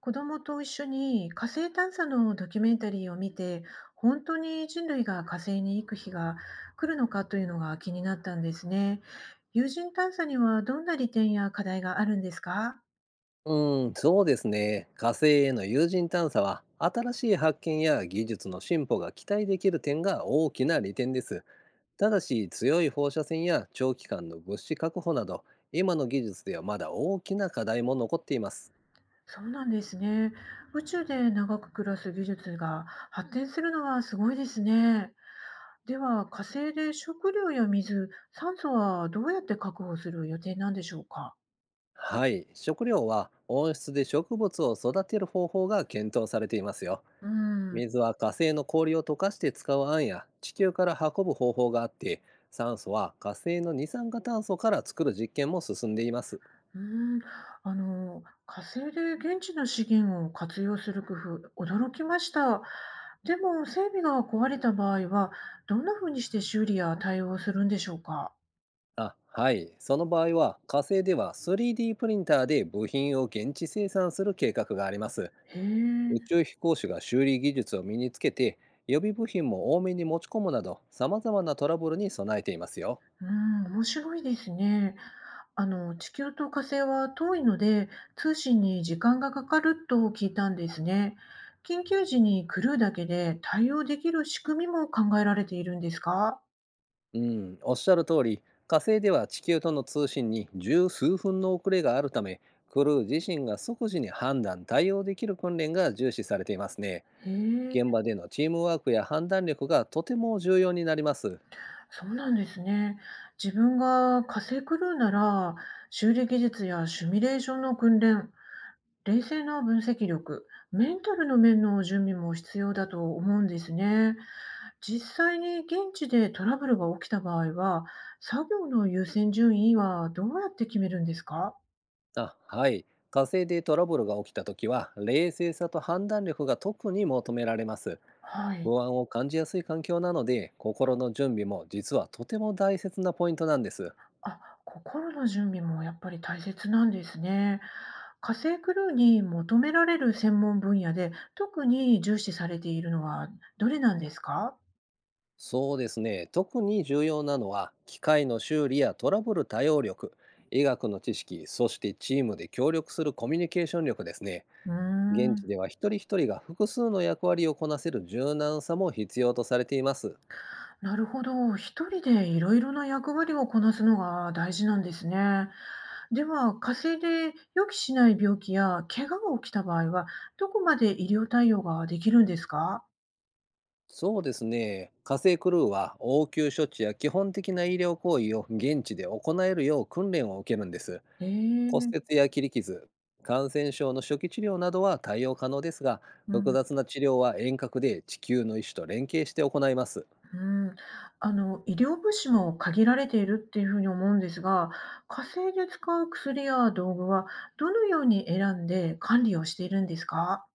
子供と一緒に火星探査のドキュメンタリーを見て、本当に人類が火星に行く日が来るのかというのが気になったんですね。有人探査にはどんな利点や課題があるんですか。うん、そうですね。火星への有人探査は、新しい発見や技術の進歩が期待できる点が大きな利点です。ただし、強い放射線や長期間の物資確保など、今の技術ではまだ大きな課題も残っています。そうなんですね。宇宙で長く暮らす技術が発展するのはすごいですね。では火星で食料や水、酸素はどうやって確保する予定なんでしょうか。はい、食料は温室で植物を育てる方法が検討されていますよ。うん。水は火星の氷を溶かして使う案や地球から運ぶ方法があって、酸素は火星の二酸化炭素から作る実験も進んでいます。うーん、あの、火星で現地の資源を活用する工夫、驚きました。でも、整備が壊れた場合は、どんなふうにして修理や対応するんでしょうか。あ、はい。その場合は、火星では 3D プリンターで部品を現地生産する計画があります。へ宇え、宙飛行士が修理技術を身につけて、予備部品も多めに持ち込むなど、様々なトラブルに備えていますよ。うん、面白いですね。あの、地球と火星は遠いので、通信に時間がかかると聞いたんですね。緊急時にクルーだけで対応できる仕組みも考えられているんですか。うん、おっしゃる通り、火星では地球との通信に十数分の遅れがあるため、クルー自身が即時に判断、対応できる訓練が重視されていますね。へえ。現場でのチームワークや判断力がとても重要になります。そうなんですね。自分が火星クルーなら、修理技術やシミュレーションの訓練、冷静な分析力、メンタルの面の準備も必要だと思うんですね。実際に現地でトラブルが起きた場合は、作業の優先順位はどうやって決めるんですか。あ、はい。火星でトラブルが起きたときは、冷静さと判断力が特に求められます。はい。不安を感じやすい環境なので、心の準備も実はとても大切なポイントなんです。あ、心の準備もやっぱり大切なんですね。火星クルーに求められる専門分野で、特に重視されているのはどれなんですか？そうですね。特に重要なのは、機械の修理やトラブル対応力、医学の知識、そしてチームで協力するコミュニケーション力ですね。うー現地ん、では一人一人が複数の役割をこなせる柔軟さも必要とされています。なるほど。一人でいろいろな役割をこなすのが大事なんですね。では、火星で予期しない病気や怪我が起きた場合は、どこまで医療対応ができるんですか？そうですね。火星クルーは応急処置や基本的な医療行為を現地で行えるよう訓練を受けるんです。え骨え、折や切り傷、感染症の初期治療などは対応可能ですが、う複ん。雑な治療は遠隔で地球の医師と連携して行います。うん、あの、医療物資も限られているっていうふうに思うんですが、火星で使う薬や道具はどのように選んで管理をしているんですか？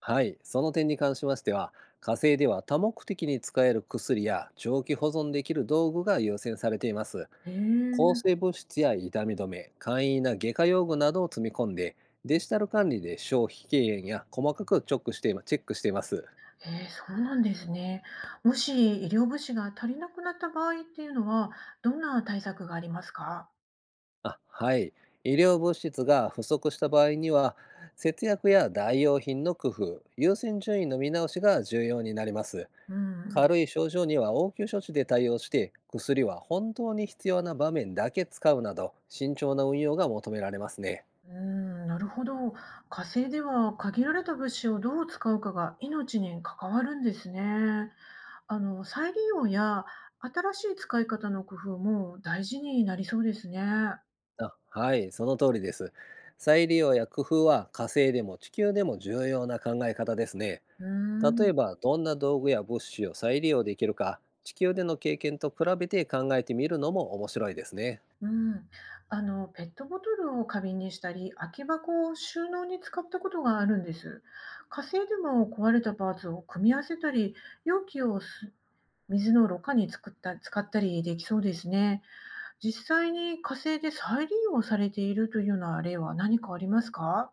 はい、その点に関しましては、火星では多目的に使える薬や長期保存できる道具が優先されています。へ抗え、生物質や痛み止め、簡易な外科用具などを積み込んで、デジタル管理で消費軽減や細かくチェックしています。へえ、そうなんですね。もし医療物資が足りなくなった場合っていうのは、どんな対策がありますか？あ、はい。医療物質が不足した場合には、節約や代用品の工夫、優先順位の見直しが重要になります。うん、軽い症状には応急処置で対応して、薬は本当に必要な場面だけ使うなど、慎重な運用が求められますね。うん、なるほど。火星では限られた物資をどう使うかが命に関わるんですね。あの、再利用や新しい使い方の工夫も大事になりそうですね。あ、はい、その通りです。再利用や工夫は火星でも地球でも重要な考え方ですね。うー例ん、えば、どんな道具や物資を再利用できるか、地球での経験と比べて考えてみるのも面白いですね。うん。あの、ペットボトルを花瓶にしたり、空き箱を収納に使ったことがあるんです。火星でも壊れたパーツを組み合わせたり、容器を水のろ過に作った使ったりできそうですね。実際に火星で再利用されているというような例は何かありますか。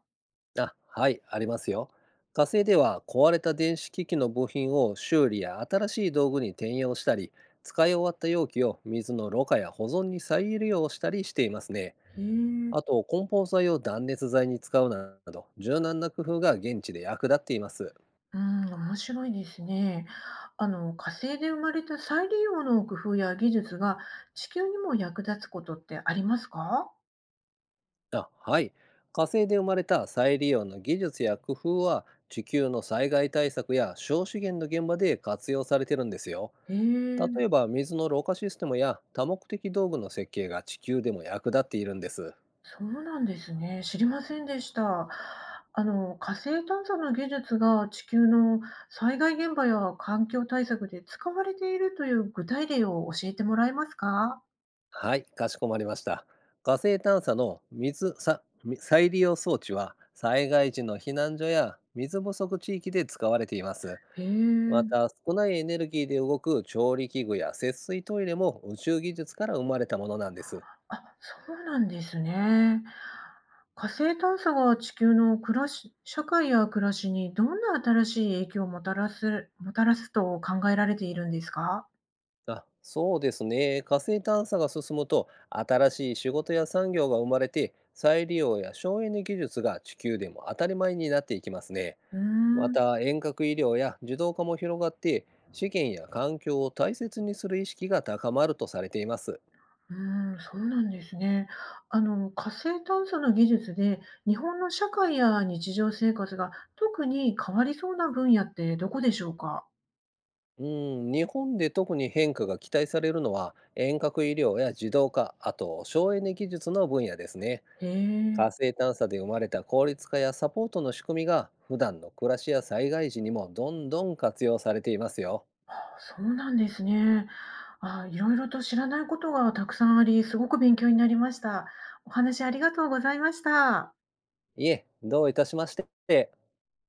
あ、はい、ありますよ。火星では壊れた電子機器の部品を修理や新しい道具に転用したり、使い終わった容器を水のろ過や保存に再利用したりしていますね。へえ。あと、梱包材を断熱材に使うなど、柔軟な工夫が現地で役立っています。面白いですね。あの、火星で生まれた再利用の工夫や技術が地球にも役立つことってありますか。あ、はい。火星で生まれた再利用の技術や工夫は、地球の災害対策や小資源の現場で活用されてるんですよ。へえ、例えば、水のろ過システムや多目的道具の設計が地球でも役立っているんです。そうなんですね。知りませんでした。あの、火星探査の技術が地球の災害現場や環境対策で使われているという具体例を教えてもらえますか。はい、かしこまりました。火星探査の水さみ再利用装置は、災害時の避難所や水不足地域で使われています。へまえ。た、少ないエネルギーで動く調理器具や節水トイレも宇宙技術から生まれたものなんです。あ、そうなんですね。火星探査が地球の暮らし社会や暮らしにどんな新しい影響をもたらすと考えられているんですか？あ、そうですね。火星探査が進むと、新しい仕事や産業が生まれて、再利用や省エネ技術が地球でも当たり前になっていきますね。うーまん。た、遠隔医療や自動化も広がって、資源や環境を大切にする意識が高まるとされています。そうなんですね。あの、火星探査の技術で、日本の社会や日常生活が特に変わりそうな分野ってどこでしょうか？日本で特に変化が期待されるのは遠隔医療や自動化、あと省エネ技術の分野ですね。へ火え。星探査で生まれた効率化やサポートの仕組みが普段の暮らしや災害時にもどんどん活用されていますよ。そうなんですね。あ、いろいろと知らないことがたくさんあり、すごく勉強になりました。お話ありがとうございました。いえ、どういたしまして。